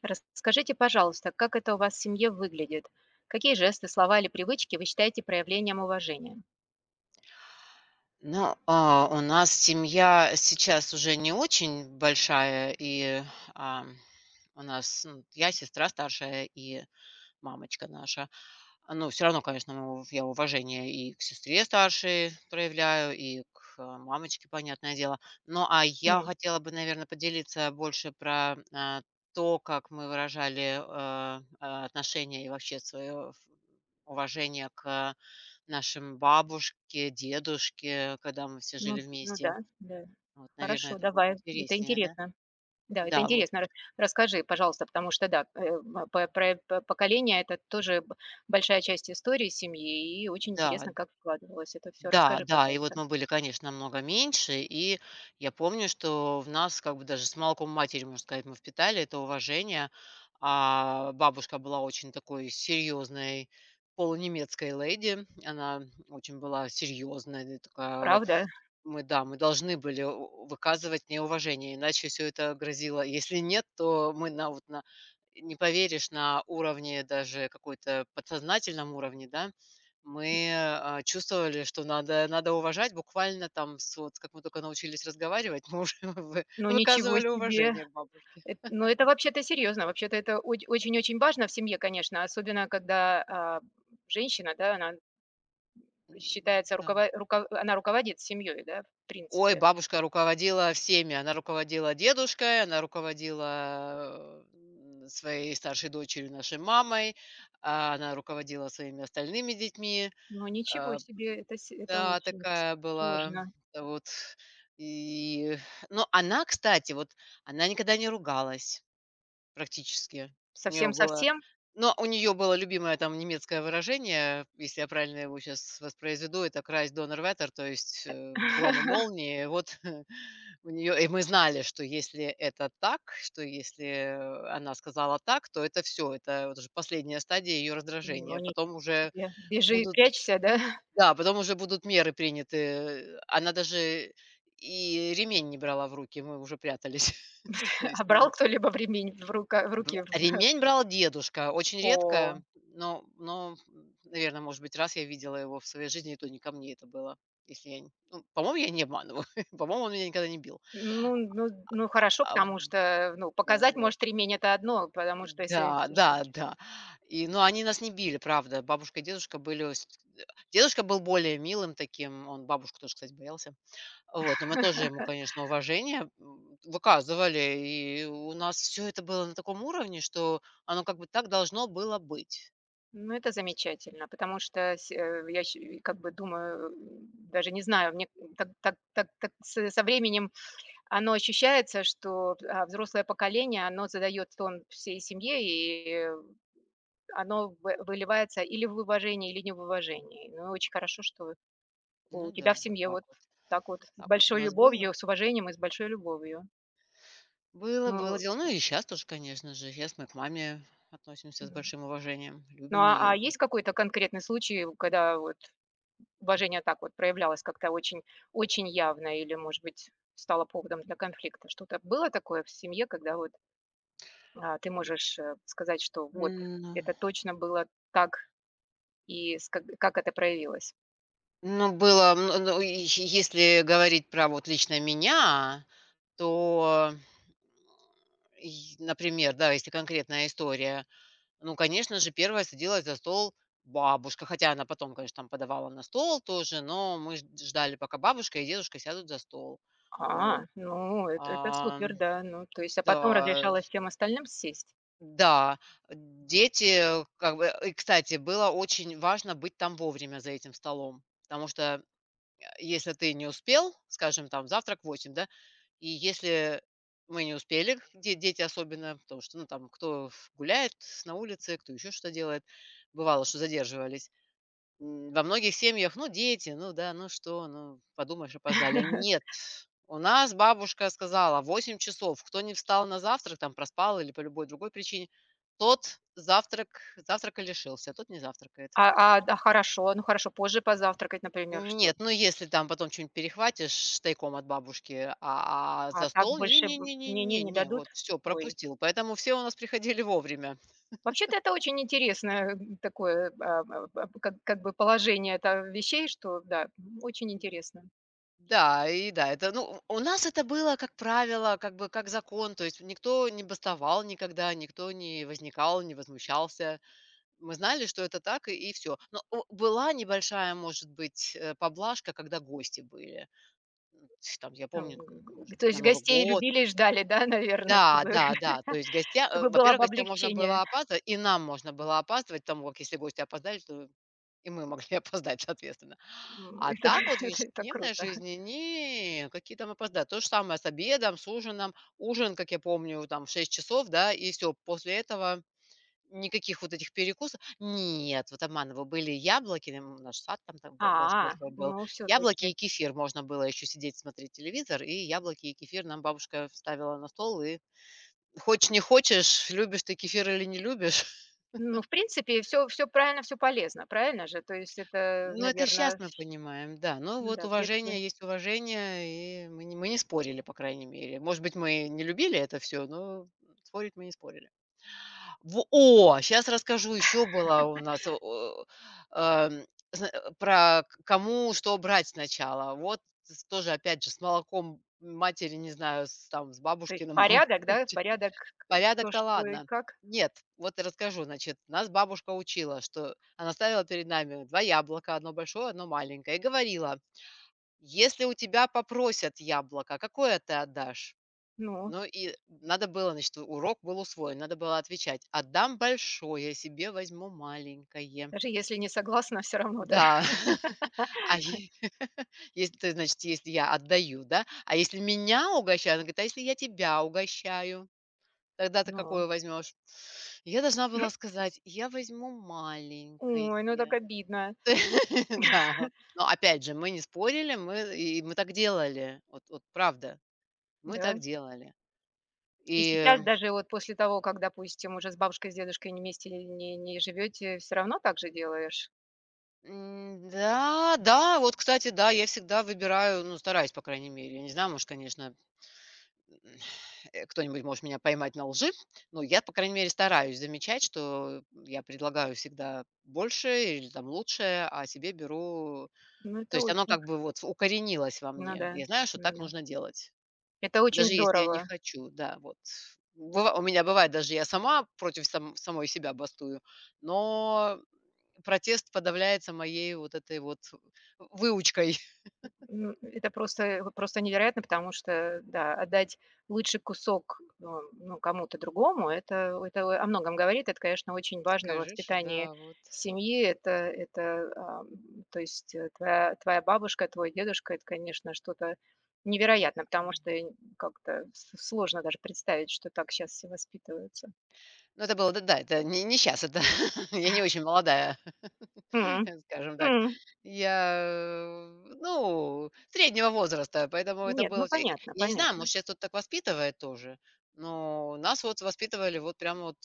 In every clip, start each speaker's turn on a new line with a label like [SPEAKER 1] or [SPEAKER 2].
[SPEAKER 1] Расскажите, пожалуйста, как это у вас в семье выглядит? Какие жесты, слова или привычки вы считаете проявлением уважения?
[SPEAKER 2] У нас семья сейчас уже не очень большая, и, ам, у нас, ну, я сестра старшая, и мамочка наша. Ну, все равно, конечно, ну, я уважение и к сестре старшей проявляю, и к, мамочке, понятное дело. Ну, а я
[SPEAKER 1] М.
[SPEAKER 2] хотела бы, наверное, поделиться больше про, то, как мы выражали, отношение и вообще свое уважение к нашим бабушке, дедушке, когда мы все
[SPEAKER 1] Ну,
[SPEAKER 2] жили
[SPEAKER 1] ну
[SPEAKER 2] вместе.
[SPEAKER 1] да, да.
[SPEAKER 2] Вот, наверное,
[SPEAKER 1] Хорошо,
[SPEAKER 2] это будет
[SPEAKER 1] давай. Это
[SPEAKER 2] интереснее, да?
[SPEAKER 1] интересно. Да, это
[SPEAKER 2] Да, вот.
[SPEAKER 1] интересно. Расскажи, пожалуйста, потому что, да, поколение– это тоже большая часть истории семьи, и очень
[SPEAKER 2] Да,
[SPEAKER 1] интересно, как складывалось это все.
[SPEAKER 2] Да,
[SPEAKER 1] Расскажи,
[SPEAKER 2] да, и вот
[SPEAKER 1] пожалуйста.
[SPEAKER 2] мы были, конечно, намного меньше, и я помню, что в нас как бы даже с молоком матери, можно сказать, мы впитали это уважение. А бабушка была очень такой серьезной полунемецкой леди. Она очень была серьезная, такая.
[SPEAKER 1] Правда?
[SPEAKER 2] Мы, да, мы должны были у выказывать неуважение, иначе все это грозило. Если нет, то мы на вот на не поверишь, на уровне даже какой-то подсознательном уровне, да, мы, чувствовали, что надо уважать. Буквально там с вот как мы только научились разговаривать, мы уже вы
[SPEAKER 1] Ну, ничего
[SPEAKER 2] выказывали
[SPEAKER 1] себе.
[SPEAKER 2] уважение к бабушке.
[SPEAKER 1] Эт Ну, это вообще-то серьезно. Вообще-то это оч очень-очень важно в семье, конечно, особенно когда, женщина, да, она
[SPEAKER 2] М,
[SPEAKER 1] считается
[SPEAKER 2] да.
[SPEAKER 1] рукова руко она руководит семьей, да, в
[SPEAKER 2] Ой,
[SPEAKER 1] принципе.
[SPEAKER 2] бабушка руководила всеми. Она руководила дедушкой, она руководила, своей старшей дочерью, нашей мамой, она руководила своими остальными детьми.
[SPEAKER 1] Но ничего
[SPEAKER 2] А,
[SPEAKER 1] себе, это
[SPEAKER 2] да,
[SPEAKER 1] очень
[SPEAKER 2] такая была
[SPEAKER 1] сложно.
[SPEAKER 2] вот. И, но она, кстати, вот она никогда не ругалась. Практически. У нее было
[SPEAKER 1] Совсем-совсем?
[SPEAKER 2] Но у нее было любимое там немецкое выражение, если я правильно его сейчас воспроизведу, это "Крась Доннерwetter", то есть, гром и молнии. Вот у нее, и мы знали, что если это так, что если, она сказала так, то это все, это вот уже последняя стадия ее
[SPEAKER 1] Ну,
[SPEAKER 2] раздражения.
[SPEAKER 1] ничего
[SPEAKER 2] Потом уже
[SPEAKER 1] себе. Бежи,
[SPEAKER 2] будут
[SPEAKER 1] прячься, да?
[SPEAKER 2] Да, потом уже будут меры приняты. Она даже и ремень не брала в руки, мы уже прятались. То есть,
[SPEAKER 1] А брал
[SPEAKER 2] ну,
[SPEAKER 1] кто-либо ремень в
[SPEAKER 2] Бр
[SPEAKER 1] руки?
[SPEAKER 2] ремень брал дедушка, очень
[SPEAKER 1] О,
[SPEAKER 2] редко, но может быть, раз я видела его в своей жизни, и то не ко мне это было, если я не ну, по-моему, я не обманываю, по-моему, он меня никогда не бил.
[SPEAKER 1] ну, хорошо,
[SPEAKER 2] А,
[SPEAKER 1] потому что, ну, показать,
[SPEAKER 2] вот.
[SPEAKER 1] может, ремень- это одно, потому что если.
[SPEAKER 2] Да, да, да. И, но они нас не били, правда. Бабушка и дедушка были с, э, дедушка был более милым таким, он бабушку тоже, кстати, боялся. Вот, но мы тоже ему, конечно, уважение, выказывали, и у нас все это было на таком уровне, что оно как бы так должно было быть.
[SPEAKER 1] Ну, это
[SPEAKER 2] Вот.
[SPEAKER 1] замечательно, потому что я щ как бы думаю, даже не знаю, мне так с со временем оно ощущается, что, взрослое поколение, оно задает тон всей семье, и оно вы выливается или в уважении, или не в уважении. Ну, очень хорошо, что
[SPEAKER 2] Ну
[SPEAKER 1] у
[SPEAKER 2] да,
[SPEAKER 1] тебя в
[SPEAKER 2] вот
[SPEAKER 1] семье
[SPEAKER 2] так
[SPEAKER 1] вот
[SPEAKER 2] вот.
[SPEAKER 1] так вот с
[SPEAKER 2] Так вот у
[SPEAKER 1] большой
[SPEAKER 2] нас было.
[SPEAKER 1] любовью, с уважением и с большой любовью.
[SPEAKER 2] Было, было
[SPEAKER 1] Ну,
[SPEAKER 2] дело. Ну и сейчас тоже, конечно же. Щас мы к маме относимся с
[SPEAKER 1] м.
[SPEAKER 2] большим уважением,
[SPEAKER 1] Ну,
[SPEAKER 2] любим
[SPEAKER 1] а
[SPEAKER 2] ее.
[SPEAKER 1] есть какой-то конкретный случай, когда вот уважение так вот проявлялось как-то очень очень явно или, может быть, стало поводом для конфликта? Что-то было такое в семье, когда вот, ты можешь, сказать, что вот
[SPEAKER 2] М,
[SPEAKER 1] это точно было так и с как это проявилось?
[SPEAKER 2] ну, было, ну, и е если говорить про вот лично меня, то, и, например, да, если конкретная история, ну, конечно же, первая садилась за стол бабушка, хотя она потом, конечно, там подавала на стол тоже, но мы ж ждали, пока бабушка и дедушка сядут за стол. Вот.
[SPEAKER 1] А, ну это
[SPEAKER 2] А
[SPEAKER 1] супер, да. Ну, то есть, а потом
[SPEAKER 2] да,
[SPEAKER 1] разрешалось всем остальным сесть?
[SPEAKER 2] да, дети, как бы, и, кстати, было очень важно быть там вовремя за этим столом, потому что, если ты не успел, скажем, там завтрак в 8, да, и если мы не успели, де дети особенно, потому что, ну, там кто ф гуляет на улице, кто еще что делает, бывало, что задерживались. Во многих семьях: "Ну, дети, ну да, ну что, ну подумаешь, опоздали". Нет, у нас бабушка сказала: 8 часов. Кто не встал на завтрак, там проспал или по любой другой причине, тот завтрак завтрака лишился, а тот не завтракает".
[SPEAKER 1] А, да, хорошо, ну хорошо, позже позавтракать, например, что?
[SPEAKER 2] Нет, ну если там потом что нибудь перехватишь тайком от бабушки, а
[SPEAKER 1] А
[SPEAKER 2] за
[SPEAKER 1] так
[SPEAKER 2] стол не
[SPEAKER 1] больше
[SPEAKER 2] не
[SPEAKER 1] б
[SPEAKER 2] не не
[SPEAKER 1] не не,
[SPEAKER 2] не
[SPEAKER 1] не
[SPEAKER 2] не,
[SPEAKER 1] дадут?
[SPEAKER 2] вот все
[SPEAKER 1] Ой.
[SPEAKER 2] пропустил. Поэтому все у нас приходили вовремя.
[SPEAKER 1] Вообще-то это очень интересное такое, как бы положение это вещей, что да, очень интересно.
[SPEAKER 2] Да, и да, это, ну, у нас это было, как правило, как бы как закон, то есть никто не бастовал никогда, никто не возникал, не возмущался. Мы знали, что это так, и все. Была небольшая, может быть, поблажка, когда гости были. М. Там, я
[SPEAKER 1] А, г
[SPEAKER 2] помню, может
[SPEAKER 1] г то
[SPEAKER 2] быть, на
[SPEAKER 1] есть
[SPEAKER 2] Новый
[SPEAKER 1] гостей
[SPEAKER 2] год.
[SPEAKER 1] любили и ждали, да, наверное,
[SPEAKER 2] Да,
[SPEAKER 1] чтобы
[SPEAKER 2] да, да. То есть гостя,
[SPEAKER 1] чтобы было
[SPEAKER 2] во-первых,
[SPEAKER 1] бы
[SPEAKER 2] гостям можно
[SPEAKER 1] облегчение.
[SPEAKER 2] было опаздывать, и нам можно было опаздывать, потому как если гости опоздали, то и мы могли опоздать, соответственно. А
[SPEAKER 1] Это
[SPEAKER 2] так вот в
[SPEAKER 1] это
[SPEAKER 2] ежедневной
[SPEAKER 1] круто.
[SPEAKER 2] жизни не, какие там опоздают. То же самое с обедом, с ужином. Ужин, как я помню, там в 6 часов, да, и все. После этого никаких вот этих перекусов. Нет, вот обманываю, были яблоки, наш сад там там б больш
[SPEAKER 1] А,
[SPEAKER 2] большой был.
[SPEAKER 1] ну все
[SPEAKER 2] Яблоки и
[SPEAKER 1] таки.
[SPEAKER 2] кефир. Можно было еще сидеть, смотреть телевизор, и яблоки и кефир нам бабушка вставила на стол. И хочешь не хочешь, любишь ты кефир или не любишь.
[SPEAKER 1] Ну, в принципе, все правильно, все полезно, правильно же? То есть это,
[SPEAKER 2] Ну, это сейчас
[SPEAKER 1] наверное,
[SPEAKER 2] мы понимаем, да. Но
[SPEAKER 1] ну
[SPEAKER 2] вот
[SPEAKER 1] да, в детстве.
[SPEAKER 2] уважение есть уважение, и мы не спорили, по крайней мере. Может быть, мы не любили это все, но спорить мы не спорили. Сейчас расскажу, еще была у нас, эм, про к кому что брать сначала. Вот с тоже опять же с молоком матери, не знаю, с там с
[SPEAKER 1] То есть
[SPEAKER 2] бабушкиным молоком.
[SPEAKER 1] порядок, да, порядок, к кто,
[SPEAKER 2] Порядок-то
[SPEAKER 1] что и
[SPEAKER 2] ладно.
[SPEAKER 1] как.
[SPEAKER 2] Нет, вот расскажу, значит, нас бабушка учила, что она ставила перед нами 2 яблока, одно большое, одно маленькое, и говорила: "Если у тебя попросят яблоко, какое ты отдашь?"
[SPEAKER 1] Ну,
[SPEAKER 2] Ну и надо было, значит, урок был усвоен, надо было отвечать: "Отдам большое, себе возьму маленькое".
[SPEAKER 1] даже если не согласна, все равно, да.
[SPEAKER 2] Да, а е если ты, значит, если я отдаю, да, а если меня угощают, она говорит: "А если я тебя угощаю? Тогда ты
[SPEAKER 1] Ну.
[SPEAKER 2] какое возьмешь?" Я должна была сказать: "Я возьму маленькое".
[SPEAKER 1] Ой, ну так обидно,
[SPEAKER 2] Да. Но опять же, мы не спорили, мы так делали. Вот, правда, мы
[SPEAKER 1] да?
[SPEAKER 2] так делали.
[SPEAKER 1] И
[SPEAKER 2] И,
[SPEAKER 1] сейчас даже вот после того, как, допустим, уже с бабушкой, с дедушкой не вместе не живете, всё равно так же делаешь?
[SPEAKER 2] да, да, вот, кстати, да, я всегда выбираю, ну, стараюсь, по крайней мере. Я не знаю, может, конечно, м, кто-нибудь может меня поймать на лжи, но я, по крайней мере, стараюсь замечать, что я предлагаю всегда больше или там лучшее, а себе беру.
[SPEAKER 1] Ну,
[SPEAKER 2] То
[SPEAKER 1] это
[SPEAKER 2] есть оно
[SPEAKER 1] очень
[SPEAKER 2] как бы вот укоренилось во
[SPEAKER 1] Ну
[SPEAKER 2] мне.
[SPEAKER 1] да,
[SPEAKER 2] Я знаю, что
[SPEAKER 1] ну
[SPEAKER 2] так
[SPEAKER 1] да.
[SPEAKER 2] нужно делать,
[SPEAKER 1] Это очень
[SPEAKER 2] даже если я не
[SPEAKER 1] здорово.
[SPEAKER 2] хочу. Да, вот. Быва У меня бывает, даже я сама против самой себя бастую, но протест подавляется моей вот этой вот выучкой.
[SPEAKER 1] Ну, это просто вот просто невероятно, потому что, да, отдать лучший кусок, ну, кому-то другому- это о многом говорит. Это, конечно, очень важно в
[SPEAKER 2] Скажешь,
[SPEAKER 1] воспитании
[SPEAKER 2] да, вот.
[SPEAKER 1] семьи. Это, то есть, твоя бабушка, твой дедушка- это, конечно, что-то невероятно, потому
[SPEAKER 2] Да.
[SPEAKER 1] что я н как-то с сложно даже представить, что так сейчас все воспитываются.
[SPEAKER 2] Ну, это было, да, да, это не не сейчас, это я не очень молодая.
[SPEAKER 1] М,
[SPEAKER 2] Скажем так,
[SPEAKER 1] м.
[SPEAKER 2] я, ну, среднего возраста, поэтому это
[SPEAKER 1] Нет, ну
[SPEAKER 2] было. И
[SPEAKER 1] понятно,
[SPEAKER 2] я не знаю,
[SPEAKER 1] понятно.
[SPEAKER 2] может, щас тут так воспитывает тоже, но нас вот воспитывали вот прям вот,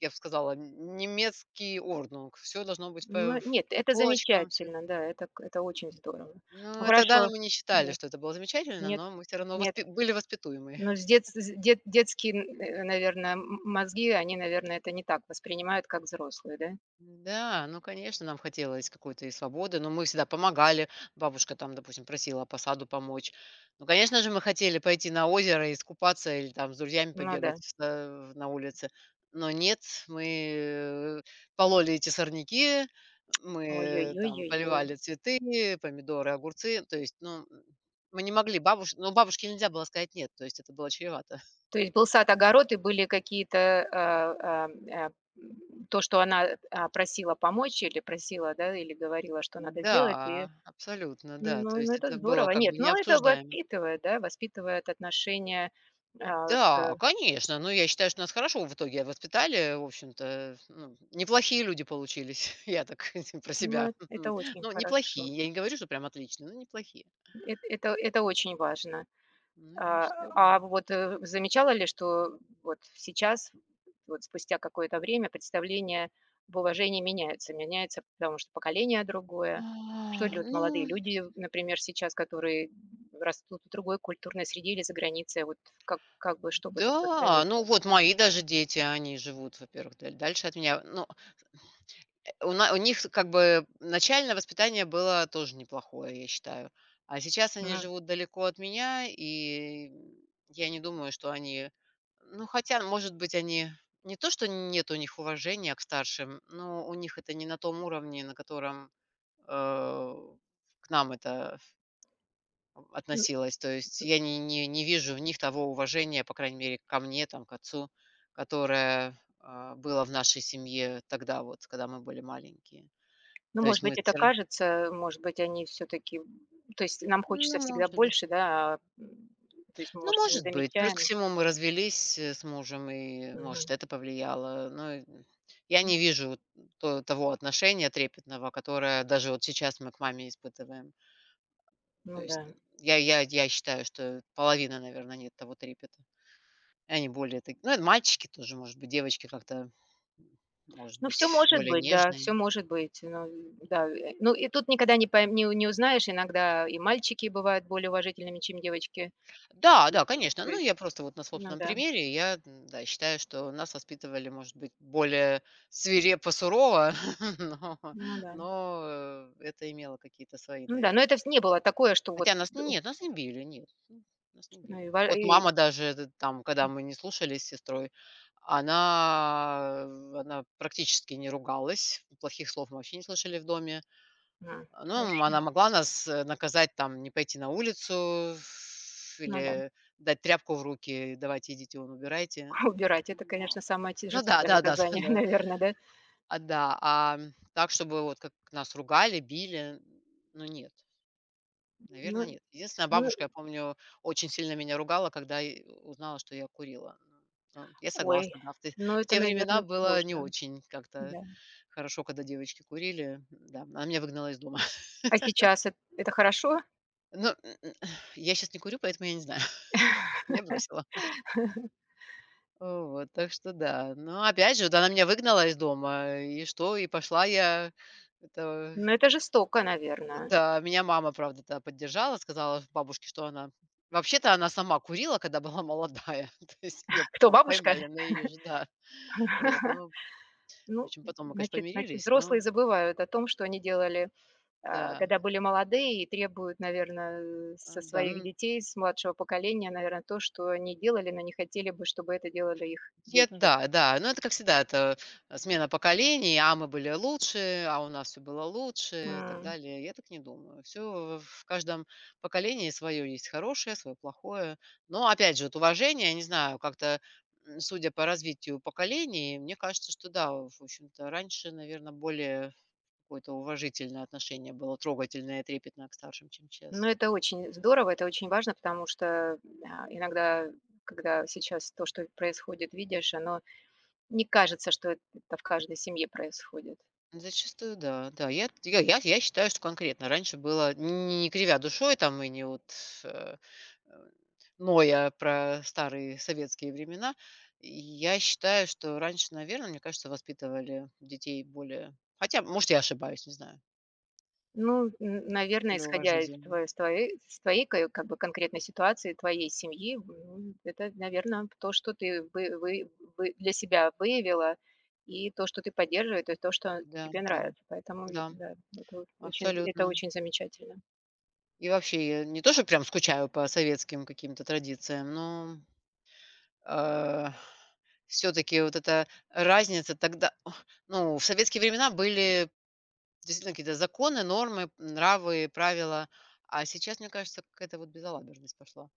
[SPEAKER 2] я б сказала, немецкий Ordnung. Все должно быть
[SPEAKER 1] Ну, нет,
[SPEAKER 2] по
[SPEAKER 1] это
[SPEAKER 2] полочкам, все.
[SPEAKER 1] замечательно, да, это очень здорово.
[SPEAKER 2] Ну,
[SPEAKER 1] Ну,
[SPEAKER 2] и тогда
[SPEAKER 1] хорошо.
[SPEAKER 2] мы не считали,
[SPEAKER 1] Да.
[SPEAKER 2] что это было замечательно,
[SPEAKER 1] Нет,
[SPEAKER 2] но мы все равно
[SPEAKER 1] нет.
[SPEAKER 2] воспи были воспитуемы.
[SPEAKER 1] Но с дет детские, наверное, мозги, они, наверное, это не так воспринимают, как взрослые, да?
[SPEAKER 2] Да, ну, конечно, нам хотелось какой-то и свободы, но мы всегда помогали. Бабушка там, допустим, просила по саду помочь. Ну, конечно же, мы хотели пойти на озеро, и искупаться или там с друзьями
[SPEAKER 1] Ну да.
[SPEAKER 2] побегать на улице. Но нет, мы пололи эти сорняки, мы там
[SPEAKER 1] Ой-ой-ой-ой-ой.
[SPEAKER 2] поливали цветы, помидоры, огурцы. То есть, ну, мы не могли бабушке, ну, бабушке нельзя было сказать нет, то есть это было чревато.
[SPEAKER 1] То есть был сад, огород и были какие-то, то, что она, просила помочь или просила, да, или говорила, что надо сделать, и
[SPEAKER 2] Да, абсолютно, да. То
[SPEAKER 1] ну,
[SPEAKER 2] есть
[SPEAKER 1] это
[SPEAKER 2] это было
[SPEAKER 1] здорово.
[SPEAKER 2] как
[SPEAKER 1] Нет,
[SPEAKER 2] бы
[SPEAKER 1] но это
[SPEAKER 2] необсуждаемо.
[SPEAKER 1] воспитывает, да, воспитывает отношение. А,
[SPEAKER 2] Да,
[SPEAKER 1] к
[SPEAKER 2] конечно. Но я считаю, что нас хорошо в итоге воспитали. В общем-то, ну, неплохие люди получились. Я так про
[SPEAKER 1] Ну,
[SPEAKER 2] себя.
[SPEAKER 1] это очень
[SPEAKER 2] Ну,
[SPEAKER 1] хорошо.
[SPEAKER 2] неплохие. Я не говорю, что прям отличные, но неплохие.
[SPEAKER 1] Эт это очень важно.
[SPEAKER 2] Ну, я
[SPEAKER 1] А
[SPEAKER 2] считаю, да.
[SPEAKER 1] а вот, замечала ли, что вот сейчас, вот спустя какое-то время, представления в уважении меняются? Меняется, потому что поколение другое. Что делают
[SPEAKER 2] Ну,
[SPEAKER 1] молодые люди, например, сейчас, которые растут в другой культурной среде или за границей? Вот как бы, что бы ты
[SPEAKER 2] да, ну
[SPEAKER 1] посоветовала?
[SPEAKER 2] вот мои даже дети, они живут, во-первых, дальше от меня. Ну, у них как бы начальное воспитание было тоже неплохое, я считаю. А сейчас они
[SPEAKER 1] Мгм.
[SPEAKER 2] живут далеко от меня, и я не думаю, что они ну, хотя, может быть, они не то, что нет у них уважения к старшим, но у них это не на том уровне, на котором, к нам это относилось. То есть я не вижу в них того уважения, по крайней мере, ко мне, там, к отцу, которое, было в нашей семье тогда вот, когда мы были маленькие.
[SPEAKER 1] Ну,
[SPEAKER 2] То есть
[SPEAKER 1] может
[SPEAKER 2] мы
[SPEAKER 1] быть, это
[SPEAKER 2] всё ра
[SPEAKER 1] кажется, может быть, они все таки то есть нам хочется
[SPEAKER 2] Ну,
[SPEAKER 1] всегда
[SPEAKER 2] может быть.
[SPEAKER 1] больше, да, то есть мы,
[SPEAKER 2] Ну,
[SPEAKER 1] может, не
[SPEAKER 2] может быть. Плюс
[SPEAKER 1] замечаем.
[SPEAKER 2] ко всему мы развелись, с мужем, и, может,
[SPEAKER 1] Мгм.
[SPEAKER 2] это повлияло. Но, я не вижу то того отношения трепетного, которое даже вот сейчас мы к маме испытываем. То
[SPEAKER 1] Ну да.
[SPEAKER 2] есть н я считаю, что половины, наверно, нет того трепета. Они более таки ну, это мальчики тоже, может быть, девочки как-то, может
[SPEAKER 1] Ну, все
[SPEAKER 2] быть,
[SPEAKER 1] может
[SPEAKER 2] более
[SPEAKER 1] быть, да, все
[SPEAKER 2] нежные.
[SPEAKER 1] может быть. Ну да, ну и тут никогда не пойм не у не узнаешь, иногда и мальчики бывают более уважительными, чем девочки.
[SPEAKER 2] Да,
[SPEAKER 1] И
[SPEAKER 2] да, конечно.
[SPEAKER 1] то
[SPEAKER 2] Ну,
[SPEAKER 1] есть,
[SPEAKER 2] я просто вот на
[SPEAKER 1] ну
[SPEAKER 2] собственном
[SPEAKER 1] да,
[SPEAKER 2] примере, я, да, считаю, что нас воспитывали, может быть, более свирепо, сурово, но,
[SPEAKER 1] ну да,
[SPEAKER 2] но это имело какие-то свои,
[SPEAKER 1] ну да,
[SPEAKER 2] наверное.
[SPEAKER 1] но это вс не было такое, что вот,
[SPEAKER 2] Хотя нас
[SPEAKER 1] д у
[SPEAKER 2] нет, нас не били, нет, нас не
[SPEAKER 1] ну и
[SPEAKER 2] били.
[SPEAKER 1] ва
[SPEAKER 2] Вот
[SPEAKER 1] и
[SPEAKER 2] мама даже это там, когда мы не слушались с сестрой, она, она практически не ругалась, плохих слов мы вообще не слышали в доме.
[SPEAKER 1] м,
[SPEAKER 2] Ну,
[SPEAKER 1] хорошо,
[SPEAKER 2] она могла нас, наказать, там, не пойти на улицу
[SPEAKER 1] ну да.
[SPEAKER 2] или дать тряпку в руки: "Давайте, идите вон, убирайте".
[SPEAKER 1] Убирать- это,
[SPEAKER 2] Но
[SPEAKER 1] конечно, самое те
[SPEAKER 2] ну да,
[SPEAKER 1] жестокое
[SPEAKER 2] да-да, да.
[SPEAKER 1] наказание,
[SPEAKER 2] да.
[SPEAKER 1] наверное, да?
[SPEAKER 2] А, да, а, так, чтобы вот как нас ругали, били, ну, нет,
[SPEAKER 1] Ну
[SPEAKER 2] наверное нет. Единственная
[SPEAKER 1] ну.
[SPEAKER 2] бабушка, я помню, очень сильно меня ругала, когда узнала, что я курила. Ну, я
[SPEAKER 1] Ой,
[SPEAKER 2] согласна, да,
[SPEAKER 1] ну
[SPEAKER 2] в
[SPEAKER 1] это,
[SPEAKER 2] те времена
[SPEAKER 1] наверное,
[SPEAKER 2] было не
[SPEAKER 1] сложно,
[SPEAKER 2] очень как-то
[SPEAKER 1] да.
[SPEAKER 2] хорошо, когда девочки курили. Да, она меня выгнала из дома.
[SPEAKER 1] А сейчас эт это хорошо?
[SPEAKER 2] Ну, я сейчас не курю, поэтому я не знаю. Я бросила. Вот, так что да. Но опять же, да, она меня выгнала из дома, и что? И пошла я это
[SPEAKER 1] Но это жестоко, наверное.
[SPEAKER 2] да, меня мама, правда, тогда поддержала, сказала бабушке, что она вообще-то она сама курила, когда была молодая, то есть ее
[SPEAKER 1] Кто, бабушка?
[SPEAKER 2] поймали на ее же, да. Вот, ну в
[SPEAKER 1] Ну,
[SPEAKER 2] общем, потом мы, конечно,
[SPEAKER 1] значит,
[SPEAKER 2] помирились,
[SPEAKER 1] взрослые
[SPEAKER 2] но
[SPEAKER 1] забывают о том, что они делали,
[SPEAKER 2] да,
[SPEAKER 1] когда были молодые, и требуют, наверное, со
[SPEAKER 2] да.
[SPEAKER 1] своих детей, с младшего поколения, наверное, то, что они делали, но не хотели бы, чтобы это делали их
[SPEAKER 2] Те
[SPEAKER 1] дети.
[SPEAKER 2] да, да. Но это, как всегда, это, смена поколений. А мы были лучше, а у нас все было лучше и так
[SPEAKER 1] М,
[SPEAKER 2] далее. Я так не думаю. Все в каждом поколении свое есть хорошее, свое плохое. Но опять же, вот уважение, я не знаю, как-то, судя по развитию поколений, мне кажется, что да, в общем-то, раньше, наверное, более какое-то уважительное отношение было, трогательное и трепетное к старшим, чем
[SPEAKER 1] ну,
[SPEAKER 2] щас.
[SPEAKER 1] это очень здорово, это очень важно, потому что, иногда, когда сейчас то, что происходит, видишь, оно не кажется, что это в каждой семье происходит.
[SPEAKER 2] Зачастую, да, да. Я считаю, что конкретно раньше было, не не кривя душой там и не вот, э, э, ноя про старые советские времена. Я считаю, что раньше, наверное, мне кажется, воспитывали детей более хотя, может, я ошибаюсь, не знаю,
[SPEAKER 1] Ну, н наверное,
[SPEAKER 2] более
[SPEAKER 1] исходя из
[SPEAKER 2] уважительно.
[SPEAKER 1] твоей ка как бы конкретной ситуации, твоей семьи, ну, это, наверное, то, что ты вы для себя выявила, и то, что ты поддерживаешь, и то, что
[SPEAKER 2] Да,
[SPEAKER 1] тебе
[SPEAKER 2] да,
[SPEAKER 1] нравится. Поэтому и
[SPEAKER 2] да,
[SPEAKER 1] да, это
[SPEAKER 2] абсолютно.
[SPEAKER 1] очень замечательно.
[SPEAKER 2] И вообще, я не то, что прям скучаю по советским каким-то традициям, но все таки вот эта разница тогда ох, ну, в советские времена были действительно какие-то законы, нормы, нравы, правила, а сейчас, мне кажется, какая-то вот безалаберность пошла.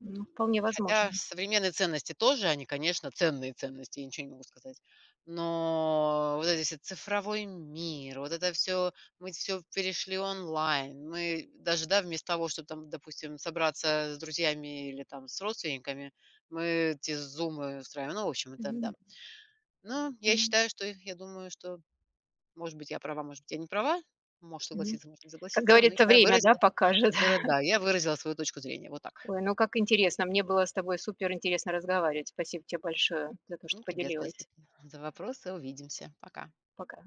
[SPEAKER 1] Ну, вполне
[SPEAKER 2] Хотя
[SPEAKER 1] возможно.
[SPEAKER 2] современные ценности тоже, они, конечно, ценные ценности, я ничего не могу сказать. Но вот этот весь цифровой мир, вот это все, мы все перешли онлайн. Мы даже, да, вместо того, чтобы там, допустим, собраться с друзьями или там с родственниками, мы эти зумы устраиваем. Ну, в общем, это да.
[SPEAKER 1] Мгм, м,
[SPEAKER 2] Я думаю, что, может быть, я права, может быть, я не права. Может
[SPEAKER 1] мгм.
[SPEAKER 2] согласиться, может не
[SPEAKER 1] Как
[SPEAKER 2] согласиться, но
[SPEAKER 1] говорится,
[SPEAKER 2] я
[SPEAKER 1] время, да,
[SPEAKER 2] выразила,
[SPEAKER 1] покажет.
[SPEAKER 2] выра да, я выразила свою точку зрения. Вот так.
[SPEAKER 1] Ой, ну как интересно. Мне было с тобой супер интересно разговаривать. Спасибо тебе большое за то, что
[SPEAKER 2] И тебе
[SPEAKER 1] поделилась.
[SPEAKER 2] спасибо за вопросы. Увидимся. Пока.
[SPEAKER 1] Пока.